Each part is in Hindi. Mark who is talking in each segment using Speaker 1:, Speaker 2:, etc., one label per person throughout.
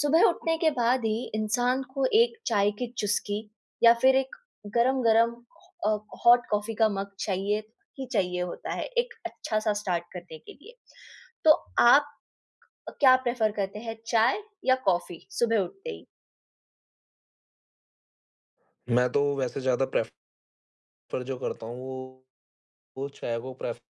Speaker 1: सुबह उठने के बाद ही इंसान को एक चाय की चुस्की या फिर एक गरम-गरम अ, हॉट कॉफ़ी का मग चाहिए ही चाहिए होता है, एक अच्छा-सा स्टार्ट करने के लिए। तो आप क्या प्रेफ़र करते हैं चाय या कॉफ़ी सुबह उठते ही?
Speaker 2: मैं तो वैसे ज़्यादा प्रेफ़र जो करता हूँ वो चाय को प्रेफ़र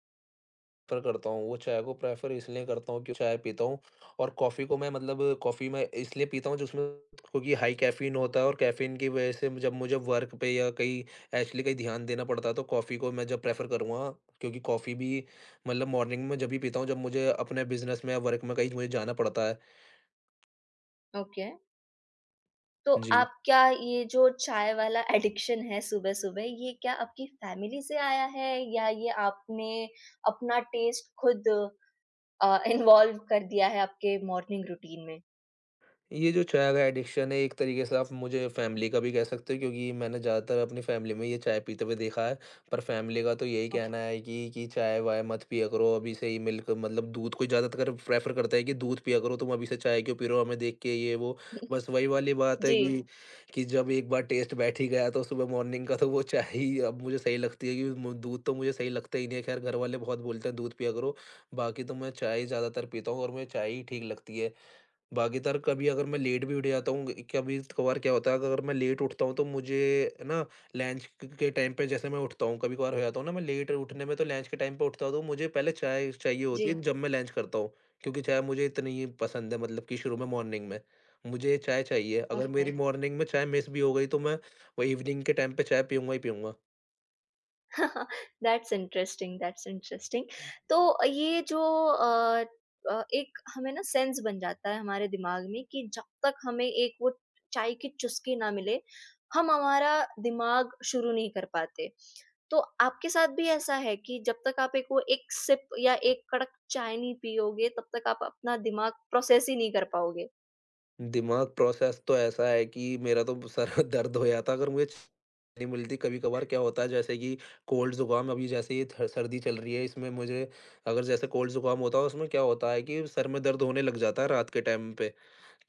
Speaker 2: करता हूँ। वो चाय को प्रेफ़र इसलिए करता हूँ क्यों चाय पीता हूँ, और कॉफ़ी को मैं मतलब कॉफ़ी मैं इसलिए पीता हूँ जिसमें क्योंकि हाई कैफ़ीन होता है, और कैफ़ीन की वज़ह से जब मुझे वर्क पे या कहीं एक्चुअली कहीं ध्यान देना पड़ता है तो कॉफ़ी को मैं जब प्रेफ़र करूँगा, क्योंकि कॉफ़ी भी मतलब मॉर्निंग में जब भी पीता हूँ जब मुझे अपने बिज़नेस में या वर्क में कहीं मुझे जाना पड़ता है।
Speaker 1: ओके, तो
Speaker 2: जी।
Speaker 1: आप क्या ये जो चाय वाला एडिक्शन है सुबह-सुबह ये क्या आपकी फ़ैमिली से आया है या ये आपने अपना टेस्ट खुद इन्वॉल्व कर दिया है आपके मॉर्निंग रूटीन में?
Speaker 2: ये जो चाय का एडिक्शन है एक तरीके से आप मुझे फैमिली का भी कह सकते हो, क्योंकि मैंने ज़्यादातर अपनी फैमिली में ये चाय पीते हुए देखा है। पर फैमिली का तो यही कहना
Speaker 1: ओके।
Speaker 2: है कि चाय-वाय मत पिया करो, अभी से ही मिल्क मतलब दूध कोई ज़्यादातर प्रेफ़र करता है कि दूध पिया करो, तुम अभी से चाय क्यों पी रहे हो हमें देख के, ये वो। बस वही वाली बात है
Speaker 1: जी,
Speaker 2: कि जब एक बार टेस्ट बैठ ही गया तो सुबह मॉर्निंग का तो वो चाय ही अब मुझे सही लगती है, कि मु दूध तो मुझे सही लगता ही नहीं है। ख़ैर घर वाले बहुत बोलते हैं दूध पिया करो। बाकी तो मैं चाय ज़्यादातर पीता हूँ और मुझे चाय ही ठीक लगती है। भागीदार कभी अगर मैं लेट भी उठ जाता हूँ, कभी-कभार क्या होता है, अगर मैं लेट उठता हूँ तो मुझे ना लंच क के टाइम पे जैसे मैं उठता हूँ, कभी-कभार हो जाता हूँ ना मैं लेट उठने में, तो लंच के टाइम पे उठता हूँ तो मुझे पहले चाय चाहिए होती
Speaker 1: जी,
Speaker 2: है जब मैं लंच करता हूँ। क्योंकि चाय मुझे इतनी ही पसंद है, मतलब कि शुरू में मॉर्निंग में, मुझे चाय चाहिए। अगर
Speaker 1: ओके।
Speaker 2: मेरी मॉर्निंग में चाय मिस भी हो गई तो मैं वो इवनिंग के टाइम पे चाय पीऊँगा ही पीऊँगा।
Speaker 1: That's interesting, that's interesting. तो ये जो अ एक हमें ना सेंस बन जाता है हमारे दिमाग में कि जब तक हमें एक वो चाय की चुस्की ना मिले, हम हमारा दिमाग शुरू नहीं कर पाते। तो आपके साथ भी ऐसा है कि जब तक आप एक वो एक सिप या एक कड़क चाय नहीं पियोगे, तब तक आप अपना दिमाग प्रोसेस ही नहीं कर पाओगे,
Speaker 2: दिमाग प्रोसेस तो ऐसा है कि मेरा तो सर दर्द हो जाता अगर मुझे छ नहीं मिलती, कभी-कभार क्या होता है जैसे कि कोल्ड ज़ुकाम, अभी जैसे ये थ सर्दी चल रही है इसमें मुझे अगर जैसे कोल्ड ज़ुकाम होता है उसमें क्या होता है कि सर में दर्द होने लग जाता है रात के टाइम पे।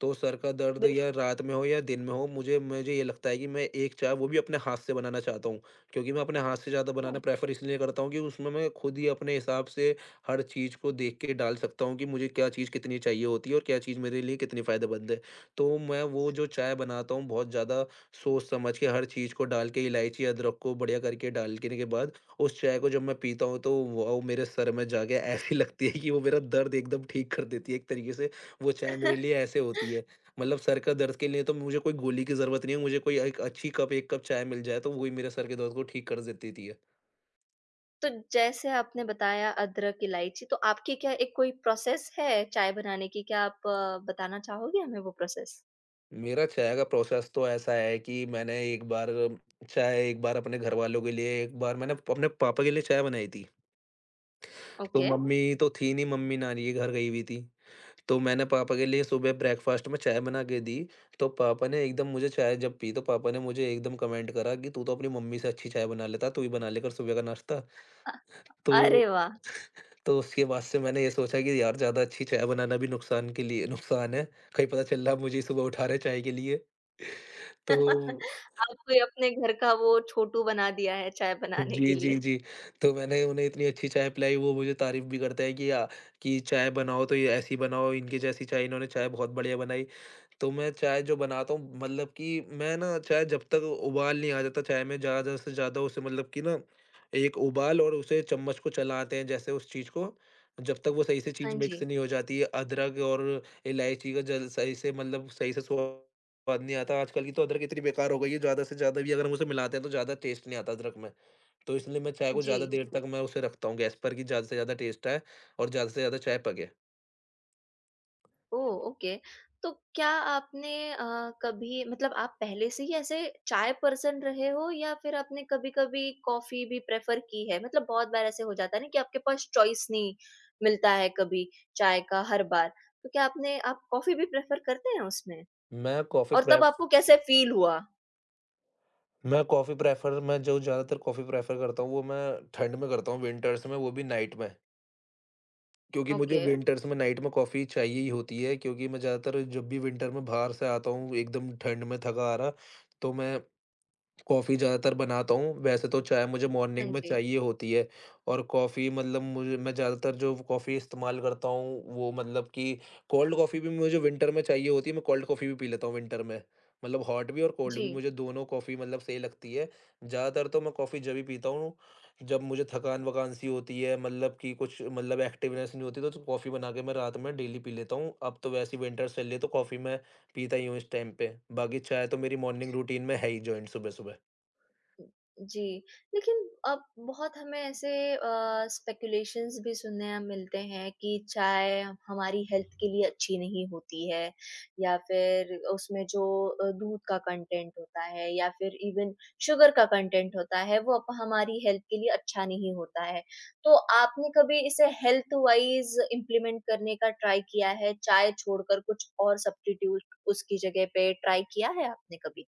Speaker 2: तो सर का दर्द या रात में हो या दिन में हो, मुझे मुझे ये लगता है कि मैं एक चाय वो भी अपने हाथ से बनाना चाहता हूँ। क्योंकि मैं अपने हाथ से ज़्यादा बनाना
Speaker 1: बिल्कुल।
Speaker 2: प्रेफ़र इसलिए करता हूँ कि उसमें मैं खुद ही अपने हिसाब से हर चीज़ को देख के डाल सकता हूँ कि मुझे क्या चीज़ कितनी चाहिए होती है और क्या चीज़ मेरे लिए कितनी फ़ायदेमंद है। तो मैं वो जो चाय बनाता हूँ बहुत ज़्यादा सोच समझ के हर चीज़ को डाल के, इलायची, अदरक को बढ़िया करके डालने के बाद उस चाय को जब मैं पीता हूँ तो वो मेरे सर में जाके ऐसी लगती है कि वो मेरा दर्द एकदम ठीक कर देती है एक तरीके से, वो चाय मेरे लिए ऐसे होती है। मतलब सर का दर्द के लिए तो मुझे कोई गोली की ज़रूरत नहीं है, मुझे कोई एक अच्छी कप 1 कप चाय मिल जाए तो वही मेरे सर के दर्द को ठीक कर देती थी।
Speaker 1: तो जैसे आपने बताया अदरक, इलायची तो आपकी क्या एक कोई प्रोसेस है चाय बनाने की? क्या आप बताना चाहोगे हमें वो प्रोसेस?
Speaker 2: मेरा चाय का प्रोसेस तो ऐसा है कि मैंने एक बार चाय एक बार अपने घरवालों के लिए, एक बार मैंने अपने पापा के लिए चाय बनाई थी। तो
Speaker 1: ओके।
Speaker 2: मम्मी तो थी नहीं, मम्मी नानी के घर गई हुई थी। तो मैंने पापा के लिए सुबह ब्रेकफ़ास्ट में चाय बना के दी, तो पापा ने एकदम मुझे चाय जब पी तो पापा ने मुझे एकदम कमेंट करा कि तू तो अपनी मम्मी से अच्छी चाय बना लेता, तू ही बना लेकर सुबह का नाश्ता।
Speaker 1: अ,
Speaker 2: तो
Speaker 1: अरे वाह!
Speaker 2: तो उसके बाद से मैंने ये सोचा कि यार ज़्यादा अच्छी चाय बनाना भी नुकसान के लिए नुकसान है, कहीं पता चल रहा मुझे ही सुबह उठा रहे चाय के लिए। तो
Speaker 1: आपने अपने घर का वो छोटू बना दिया है चाय बनाने के
Speaker 2: जी, जी,
Speaker 1: लिए।
Speaker 2: जी। तो मैंने उन्हें इतनी अच्छी चाय पिलाई, वो मुझे तारीफ़ भी करते हैं कि कि चाय बनाओ तो ये ऐसी बनाओ, इनकी जैसी चाय, इन्होंने चाय बहुत बढ़िया बनाई। तो मैं चाय जो बनाता हूँ मतलब कि मैं ना चाय जब तक उबाल नहीं आ जाता चाय में ज़्यादा से ज़्यादा उसे मतलब कि ना एक उबाल और उसे चम्मच को चलाते हैं जैसे उस चीज़ को जब तक वो सही से
Speaker 1: हाँ
Speaker 2: चीज़ मिक्स
Speaker 1: जी।
Speaker 2: नहीं हो जाती है अदरक और इलायची का जल सही से मतलब सही से स्वाद नहीं आता। आजकल की तो अदरक इतनी बेकार हो गई है, ज़्यादा से ज़्यादा भी अगर हम उसे मिलाते हैं तो ज़्यादा टेस्ट नहीं आता अदरक में। तो इसलिए मैं चाय को
Speaker 1: जी।
Speaker 2: ज़्यादा देर तक मैं उसे रखता हूँ गैस पर, कि ज़्यादा से ज़्यादा टेस्ट आए और ज़्यादा से ज़्यादा चाय पके।
Speaker 1: ओह! ओके। तो क्या आपने कभी मतलब आप पहले से ही ऐसे चाय पर्सन रहे हो या फिर आपने कभी-कभी कॉफ़ी भी प्रेफ़र की है? मतलब बहुत बार ऐसे हो जाता है ना कि आपके पास चॉइस नहीं मिलता है कभी चाय का हर बार। तो क्या आपने आप कॉफ़ी भी प्रेफ़र करते हैं उसमें?
Speaker 2: मैं कॉफ़ी
Speaker 1: और तब आपको कैसे फ़ील हुआ?
Speaker 2: मैं जो ज़्यादातर कॉफ़ी प्रेफ़र करता हूँ, वो मैं ठंड में करता हूँ, विंटर्स में, वो भी नाइट में। क्योंकि हुँ। मुझे
Speaker 1: ओके।
Speaker 2: विंटर्स में नाइट में कॉफ़ी चाहिए ही होती है, क्योंकि मैं ज़्यादातर जब भी विंटर में बाहर से आता हूँ, एकदम ठंड में थका हारा, तो मैं कॉफ़ी ज़्यादातर बनाता हूँ, वैसे तो चाय मुझे
Speaker 1: हाँ
Speaker 2: मॉर्निंग में
Speaker 1: जी।
Speaker 2: चाहिए होती है और कॉफ़ी मतलब मुझे मैं ज़्यादातर जो कॉफ़ी इस्तेमाल करता हूँ, वो मतलब कि कोल्ड कॉफ़ी भी मुझे विंटर में चाहिए होती है, मैं कोल्ड कॉफ़ी भी पी लेता हूँ विंटर में। मतलब हॉट भी और कोल्ड
Speaker 1: जी।
Speaker 2: भी मुझे दोनों कॉफ़ी मतलब सही लगती है। ज़्यादातर तो मैं कॉफ़ी जभी पीता हूँ, जब मुझे थकान-वकान सी होती है, मतलब कि कुछ मतलब एक्टिवनेस नहीं होती, तो कॉफ़ी बना के मैं रात में डेली पी लेता हूँ। अब तो वैसे ही विंटर्स चल रही है, तो कॉफ़ी मैं पीता ही हूँ इस टाइम पे। बाकी चाय तो मेरी मॉर्निंग रूटीन में है ही जॉइन सुबह-सुबह।
Speaker 1: जी, लेकिन अब बहुत हमें ऐसे अ, स्पेकुलेशंस भी सुनने हम मिलते हैं कि चाय हमारी हेल्थ के लिए अच्छी नहीं होती है या फिर उसमें जो दूध का कंटेंट होता है या फिर इवन शुगर का कंटेंट होता है, वो अप हमारी हेल्थ के लिए अच्छा नहीं होता है। तो आपने कभी इसे हेल्थ वाइज़ इम्प्लीमेंट करने का ट्राई किया है? चाय छोड़कर कुछ और सब्स्टिट्यूट उसकी जगह पे ट्राई किया है आपने कभी?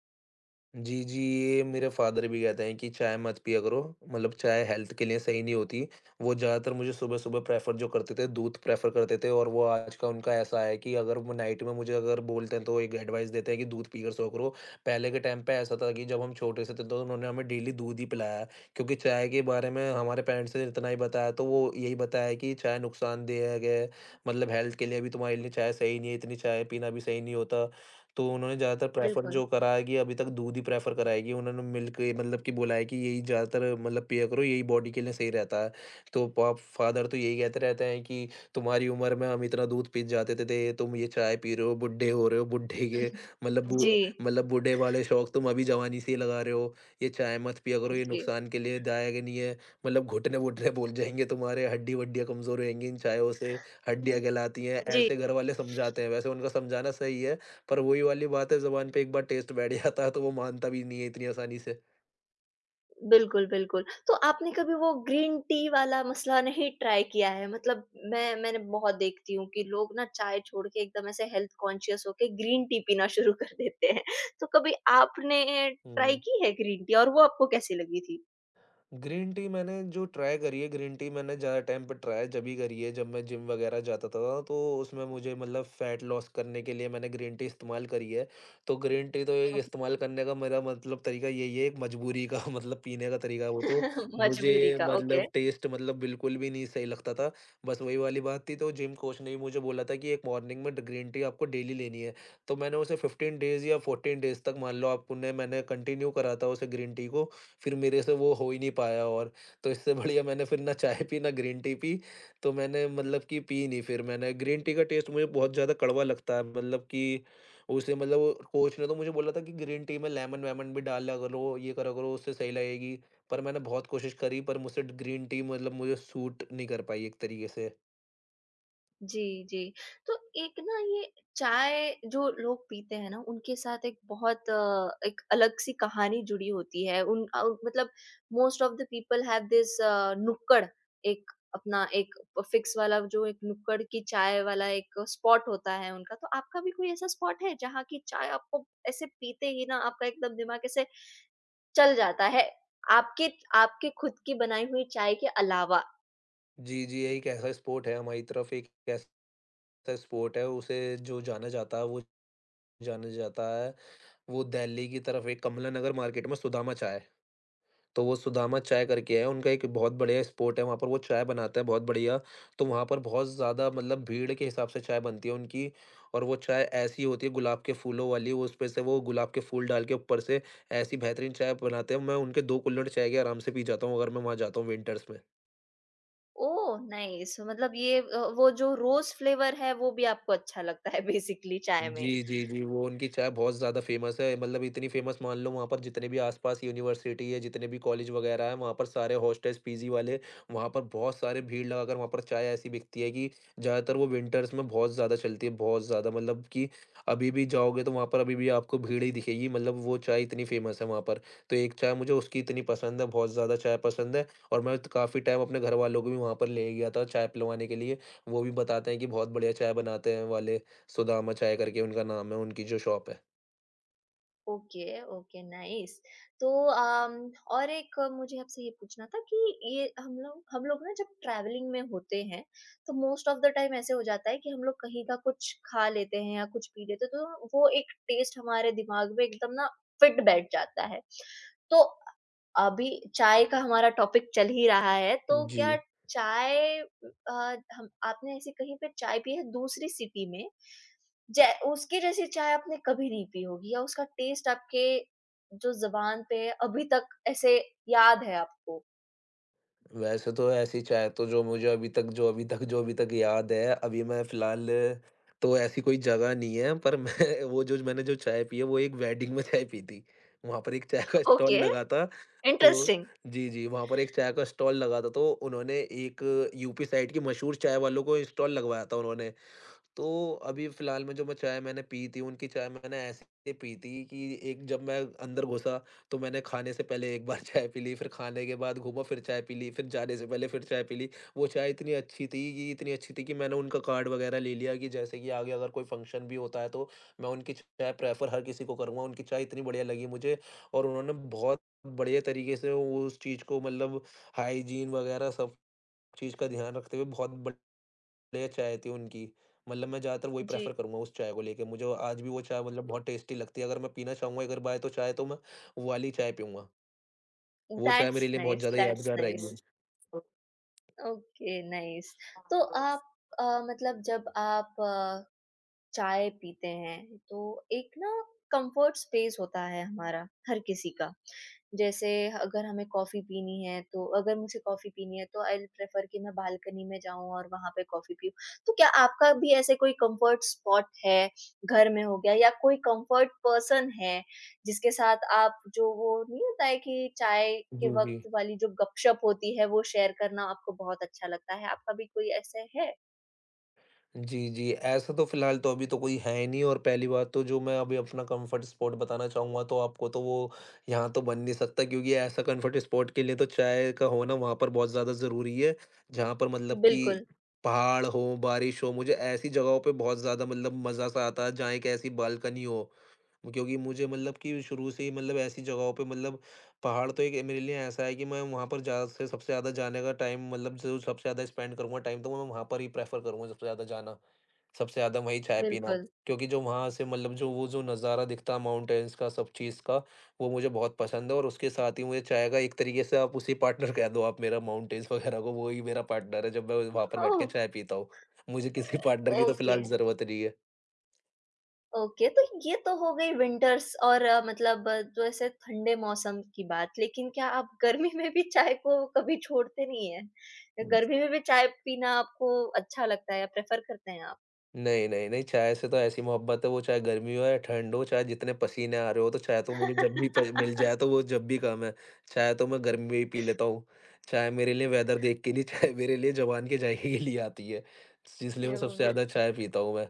Speaker 2: जी, जी, ये मेरे फ़ादर भी कहते हैं कि चाय मत पिया करो, मतलब चाय हेल्थ के लिए सही नहीं होती। वो ज़्यादातर मुझे सुबह-सुबह प्रेफ़र जो करते थे, दूध प्रेफ़र करते थे, और वो आज का उनका ऐसा है कि अगर वो नाइट में मुझे अगर बोलते हैं, तो एक एडवाइस देते हैं कि दूध पीकर सो करो। पहले के टाइम पे ऐसा था कि जब हम छोटे से थे, तो उन्होंने हमें डेली दूध ही पिलाया, क्योंकि चाय के बारे में हमारे पेरेंट्स ने इतना ही बताया, तो वो यही बताया कि चाय नुकसानदेह है, मतलब हेल्थ के लिए भी तुम्हारे लिए चाय सही नहीं है, इतनी चाय पीना भी सही नहीं होता। तो उन्होंने ज़्यादातर प्रेफ़र
Speaker 1: बिल्कुल।
Speaker 2: जो करा है कि अभी तक दूध ही प्रेफ़र करा है कि उन्होंने मिल्क मतलब कि बोला है कि यही ज़्यादातर मतलब पिया करो, यही बॉडी के लिए सही रहता है। तो पा फ़ादर तो यही कहते रहते हैं कि तुम्हारी उम्र में हम इतना दूध पी जाते थे, ते तुम ये चाय पी रहे हो, बुड्ढे हो रहे हो, बुड्ढे के मतलब बु
Speaker 1: जी।
Speaker 2: मतलब बूढ़े वाले शौक तुम अभी जवानी से ही लगा रहे हो, ये चाय मत पिया करो, ये
Speaker 1: जी।
Speaker 2: नुकसान के लिए दायक नहीं है। मतलब घुटने-वुटने बोल जाएँगे तुम्हारे, हड्डी-वड्डियाँ कमज़ोर होएँगी इन चायों से, हड्डियाँ कहलाती हैं,
Speaker 1: जी,
Speaker 2: ऐसे घर वाले समझाते हैं। वैसे उनका समझाना सही है, पर वही वाली बात है ज़ुबान पे एक बार टेस्ट बैठ जाता है तो वो मानता भी नहीं है इतनी आसानी से।
Speaker 1: बिल्कुल, बिल्कुल। तो आपने कभी वो ग्रीन टी वाला मसला नहीं ट्राई किया है? मतलब मैंने बहुत देखती हूँ कि लोग ना चाय छोड़ के एकदम ऐसे हेल्थ कॉन्शियस होके ग्रीन टी पीना शुरू कर देते हैं। तो कभी आपने ट्राई
Speaker 2: हुँ।
Speaker 1: की है ग्रीन टी और वो आपको कैसी लगी थी?
Speaker 2: ग्रीन टी मैंने जो ट्राई करी है, ग्रीन टी मैंने ज़्यादा टाइम पे ट्राई जभी करी है जब मैं जिम वगैरह जाता था, तो उसमें मुझे मतलब फैट लॉस करने के लिए मैंने ग्रीन टी इस्तेमाल करी है। तो ग्रीन टी तो एक इस्तेमाल करने का मेरा मतलब तरीका यही है, एक मजबूरी का मतलब पीने का तरीका है वो तो।
Speaker 1: ओके।
Speaker 2: मुझे
Speaker 1: मजबूरी का, ओके।
Speaker 2: मतलब टेस्ट मतलब बिल्कुल भी नहीं सही लगता था। बस वही वाली बात थी, तो जिम कोच ने भी मुझे बोला था कि एक मॉर्निंग में ड ग्रीन टी आपको डेली लेनी है। तो मैंने उसे 15 डेज़ या 14 डेज़ तक मान लो आप, उन्हें मैंने कंटिन्यू करा था उसे ग्रीन टी को। फिर मेरे से वो हो ही नहीं पाया, और तो इससे बढ़िया मैंने फिर ना चाय पी ना ग्रीन टी पी, तो मैंने मतलब कि पी नहीं, फिर मैंने ग्रीन टी का टेस्ट मुझे बहुत ज़्यादा कड़वा लगता है मतलब कि उसे मतलब वो कोच ने तो मुझे बोला था कि ग्रीन टी में लेमन वेमन भी डाला करो, ये करा करो उससे सही लगेगी, पर मैंने बहुत कोशिश करी पर मुझसे ग्रीन टी मतलब मुझे सूट नहीं कर पाई एक तरीके से।
Speaker 1: जी, जी। तो एक ना ये चाय जो लोग पीते हैं ना, उनके साथ एक बहुत एक अलग-सी कहानी जुड़ी होती है। मतलब most of the people have this नुक्कड़ एक अपना एक फिक्स वाला जो एक नुक्कड़ की चाय वाला एक स्पॉट होता है उनका। तो आपका भी कोई ऐसा स्पॉट है जहाँ की चाय आपको ऐसे पीते ही ना आपका एकदम दिमाग ऐसे चल जाता है? आपके आपके खुद की बनाई हुई चाय के अलावा?
Speaker 2: जी जी यही एक ऐसा स्पोर्ट है हमारी तरफ, एक ऐसा स्पोर्ट है उसे जो जाना जाता है वो जाना जाता है वो दिल्ली की तरफ एक कमला नगर मार्केट में सुदामा चाय, तो वो सुदामा चाय करके है, उनका एक बहुत बढ़िया स्पॉट है, वहाँ पर वो चाय बनाते हैं बहुत बढ़िया। तो वहाँ पर बहुत ज़्यादा मतलब भीड़ के हिसाब से चाय बनती है उनकी और वो चाय ऐसी होती है गुलाब के फूलों वाली। वो उसपे से वो गुलाब के फूल डाल के ऊपर से ऐसी बेहतरीन चाय बनाते हैं। मैं उनके 2 कुल्हड़ चाय के आराम से पी जाता हूँ अगर मैं वहाँ जाता हूँ विंटर्स में।
Speaker 1: ओह! नाइस मतलब ये वो जो रोज़ फ्लेवर है वो भी आपको अच्छा लगता है बेसिकली चाय में।
Speaker 2: जी, जी, जी, वो उनकी चाय बहुत ज़्यादा फ़ेमस है। मतलब इतनी फ़ेमस, मान लो वहाँ पर जितने भी आस-पास यूनिवर्सिटी है, जितने भी कॉलेज वगैरह हैं, वहाँ पर सारे हॉस्टल्स, पीजी वाले वहाँ पर बहुत सारे भीड़ लगाकर वहाँ पर चाय ऐसी बिकती है कि ज़्यादातर वो विंटर्स में बहुत ज़्यादा चलती है। बहुत ज़्यादा मतलब कि अभी भी जाओगे तो वहाँ पर अभी भी आपको भीड़ ही दिखेगी, मतलब वो चाय इतनी फ़ेमस है वहाँ पर। तो एक चाय मुझे उसकी इतनी पसंद है, बहुत ज़्यादा चाय पसंद है, और मैं तो काफ़ी टाइम अपने घरवालों को भी वहाँ पर ले गया था चाय पिलवाने के लिए। वो भी बताते हैं कि बहुत बढ़िया चाय बनाते हैं वाले। सुदामा चाय करके उनका नाम है, उनकी जो शॉप है।
Speaker 1: Okay, okay, nice. तो अम, और एक मुझे आपसे ये पूछना था कि ये हम लोग ना जब ट्रैवलिंग में होते हैं, तो मोस्ट ऑफ़ द टाइम ऐसे हो जाता है कि हम लोग कहीं का कुछ खा लेते हैं या कुछ पी लेते हैं, तो वो एक टेस्ट हमारे दिमाग में एकदम ना फिट बैठ जाता है। तो अभी चाय का हमारा टॉपिक चल ही रहा है, तो
Speaker 2: जी।
Speaker 1: क्या चाय अ, हम आपने ऐसी कहीं पे चाय पी है दूसरी सिटी में? जै उसकी जैसी चाय आपने कभी नहीं पी होगी या उसका टेस्ट आपके जो ज़ुबान पे है, अभी तक ऐसे याद है आपको?
Speaker 2: वैसे तो ऐसी चाय तो जो मुझे अभी तक याद है, अभी मैं फ़िलहाल तो ऐसी कोई जगह नहीं है, पर मैं वो जो चाय पी है, वो एक वेडिंग में चाय पी थी। वहाँ पर एक चाय का स्टॉल
Speaker 1: ओके,
Speaker 2: लगा था। तो
Speaker 1: इंटरेस्टिंग।
Speaker 2: जी, जी, वहाँ पर एक चाय का स्टॉल लगा था, तो उन्होंने एक यूपी साइड की मशहूर चाय वालों को स्टॉल लगवाया था उन्होंने। तो अभी फ़िलहाल में जो मैं चाय मैंने पी थी, उनकी चाय मैंने ऐसे पी थी कि एक जब मैं अंदर घुसा, तो मैंने खाने से पहले एक बार चाय पी ली, फिर खाने के बाद घूमा, फिर चाय पी ली, फिर जाने से पहले फिर चाय पी ली। वो चाय इतनी अच्छी थी, कि इतनी अच्छी थी, कि मैंने उनका कार्ड वग़ैरह ले लिया कि जैसे कि आगे अगर कोई फ़ंक्शन भी होता है, तो मैं उनकी चाय प्रेफ़र हर किसी को करूँगा। उनकी चाय इतनी बढ़िया लगी मुझे, और उन्होंने बहुत बढ़िया तरीके से उस चीज़ को मतलब हाइजीन वग़ैरह सब चीज़ का ध्यान रखते हुए बहुत बढ़िया चाय थी उनकी। मतलब मैं ज़्यादातर वही
Speaker 1: जी।
Speaker 2: प्रेफ़र करूँगा उस चाय को लेके, मुझे आज भी वो चाय मतलब बहुत टेस्टी लगती है। अगर मैं पीना चाहूँगा एक बार बाय तो चाय तो मैं वो वाली चाय पीऊँगा। वो चाय मेरे
Speaker 1: दैट्स
Speaker 2: लिए बहुत
Speaker 1: नाइस,
Speaker 2: ज़्यादा
Speaker 1: दैट्स
Speaker 2: यादगार
Speaker 1: नाइस।
Speaker 2: रहेगी।
Speaker 1: Okay, nice. तो आप मतलब जब आप चाय पीते हैं, तो एक ना कम्फर्ट स्पेस होता है हमारा, हर किसी का। जैसे अगर हमें कॉफ़ी पीनी है तो अगर मुझे कॉफ़ी पीनी है तो आई विल प्रेफ़र कि मैं बालकनी में जाऊँ और वहाँ पे कॉफ़ी पीऊँ। तो क्या आपका भी ऐसे कोई कम्फ़र्ट स्पॉट है, घर में हो गया या कोई कम्फ़र्ट पर्सन है, जिसके साथ आप जो वो नहीं होता है कि चाय के
Speaker 2: जी, जी।
Speaker 1: वक़्त वाली जो गपशप होती है वो शेयर करना आपको बहुत अच्छा लगता है? आपका भी कोई ऐसे है?
Speaker 2: जी, जी। ऐसा तो फ़िलहाल तो अभी तो कोई है ही नहीं, और पहली बात तो जो मैं अभी अपना कम्फ़र्ट स्पॉट बताना चाहूँगा तो आपको, तो वो यहाँ तो बन नहीं सकता, क्योंकि ऐसा कम्फ़र्ट स्पॉट के लिए तो चाय का होना वहाँ पर बहुत ज़्यादा ज़रूरी है। जहाँ पर मतलब कि
Speaker 1: बिल्कुल,
Speaker 2: पहाड़ हो, बारिश हो, मुझे ऐसी जगहों पे बहुत ज़्यादा मतलब मज़ा-सा आता है जहाँ एक ऐसी बालकनी हो। क्योंकि मुझे मतलब कि शुरू से ही मतलब ऐसी जगहों पे मतलब पहाड़ तो एक मेरे लिए ऐसा है कि मैं वहाँ पर ज़्यादा से सबसे ज़्यादा जाने का टाइम मतलब जो सबसे ज़्यादा स्पेंड करूँगा टाइम तो मैं वहाँ पर ही प्रेफ़र करूँगा सबसे ज़्यादा जाना। सबसे ज़्यादा वही चाय पीना,
Speaker 1: बिल्कुल।
Speaker 2: क्योंकि जो वहाँ से मतलब जो वो जो नज़ारा दिखता है माउंटेन्स का, सब चीज़ का, वो मुझे बहुत पसंद है। और उसके साथ ही मुझे चाय का एक तरीके से आप उसी पार्टनर कह दो आप मेरा माउंटेन्स वगैरह को, वो ही मेरा पार्टनर है जब मैं वहाँ पर बैठ
Speaker 1: ओह!
Speaker 2: के चाय पीता हूँ। मुझे किसी पार्टनर की तो
Speaker 1: ओके।
Speaker 2: फ़िलहाल ज़रूरत नहीं है।
Speaker 1: ओके, तो ये तो हो गई विंटर्स और जो ऐसे ठंडे मौसम की बात, लेकिन क्या आप गर्मी में भी चाय को कभी छोड़ते नहीं हैं? गर्मी में भी चाय पीना आपको अच्छा लगता है या प्रेफ़र करते हैं आप?
Speaker 2: नहीं, नहीं, नहीं, चाय से तो ऐसी मोहब्बत है, वो चाहे गर्मी हो या ठंड हो, चाहे जितने पसीने आ रहे हो, तो चाय तो मुझे जब भी प मिल जाए तो वो जब भी काम है। चाय तो मैं गर्मी में ही पी लेता हूँ। चाय मेरे लिए वेदर देख के नहीं, चाय मेरे लिए ज़ुबान के जायके के लिए आती है। इसलिए मैं सबसे ज़्यादा चाय पीता हूँ मैं।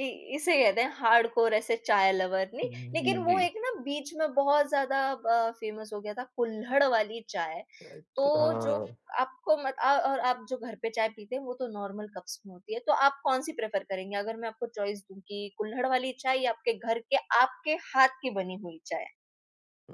Speaker 1: इ इसे कहते हैं हार्डकोर ऐसे चाय लवर नहीं,
Speaker 2: जी,
Speaker 1: लेकिन वो
Speaker 2: जी।
Speaker 1: एक ना बीच में बहुत ज़्यादा फ़ेमस हो गया था कुल्हड़ वाली चाय।
Speaker 2: अ,
Speaker 1: तो
Speaker 2: क
Speaker 1: जो
Speaker 2: हाँ।
Speaker 1: आपको मत अ, और आप जो घर पे चाय पीते हैं वो तो नॉर्मल कप्स में होती है। तो आप कौन-सी प्रेफ़र करेंगे? अगर मैं आपको चॉइस दूँ कि कुल्हड़ वाली चाय या आपके घर के आपके हाथ की बनी हुई चाय?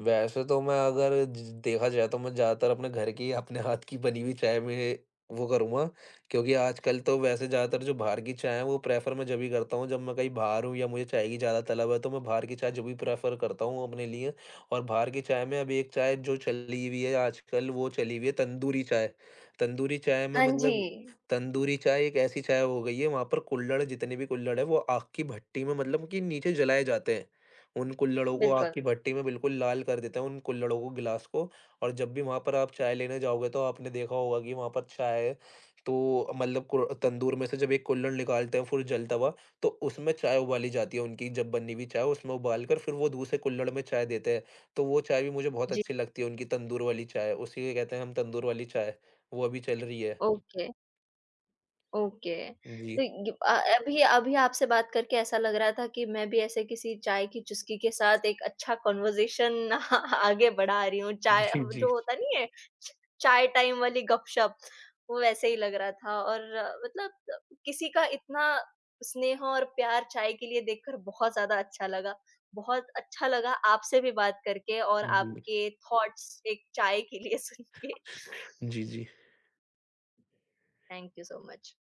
Speaker 2: वैसे तो मैं अगर ज देखा जाए तो मैं ज़्यादातर अपने घर की अपने हाथ की बनी हुई चाय में वो करूँगा, क्योंकि आजकल तो वैसे ज़्यादातर जो बाहर की चाय है वो प्रेफ़र मैं जब भी करता हूँ जब मैं कहीं बाहर हूँ, या मुझे चाय की ज़्यादा तलब है तो मैं बाहर की चाय जब भी प्रेफ़र करता हूँ अपने लिए। और बाहर की चाय में अभी एक चाय जो चली हुई है आजकल, वो चली हुई है तंदूरी चाय। तंदूरी चाय में
Speaker 1: हाँ जी,
Speaker 2: मतलब तंदूरी चाय एक ऐसी चाय हो गई है, वहाँ पर कुल्हड़ जितने भी कुल्हड़ है वो आग की भट्टी में मतलब कि नीचे जलाए जाते हैं। उन कुल्हड़ों को आग
Speaker 1: बिल्कुल।
Speaker 2: की भट्टी में बिल्कुल लाल कर देते हैं, उन कुल्हड़ों को, गिलास को। और जब भी वहाँ पर आप चाय लेने जाओगे तो आपने देखा होगा कि वहाँ पर चाय तो मतलब कुर तंदूर में से जब एक कुल्हड़ निकालते हैं फिर जलता हुआ, तो उसमें चाय उबाली जाती है, उनकी जब बनी हुई चाय उसमें उबाल कर फिर वो दूसरे कुल्हड़ में चाय देते हैं। तो वो चाय भी मुझे बहुत
Speaker 1: जी।
Speaker 2: अच्छी लगती है, उनकी तंदूर वाली चाय, उसी को कहते हैं हम तंदूर वाली चाय। वो अभी चल रही है।
Speaker 1: ओके। ओके। तो
Speaker 2: जी,
Speaker 1: अभी अभी आपसे बात करके ऐसा लग रहा था कि मैं भी ऐसे किसी चाय की चुस्की के साथ एक अच्छा कन्वर्सेशन आगे बढ़ा रही हूँ। चाय
Speaker 2: जी।
Speaker 1: हम
Speaker 2: जी,
Speaker 1: जो होता नहीं है च चाय टाइम वाली गपशप, वो वैसे ही लग रहा था और किसी का इतना स्नेह और प्यार चाय के लिए देखकर बहुत ज़्यादा अच्छा लगा। बहुत अच्छा लगा आपसे भी बात करके और
Speaker 2: जी।
Speaker 1: आपके थॉट्स एक चाय के लिए सुन के।
Speaker 2: जी, जी।
Speaker 1: Thank you so much.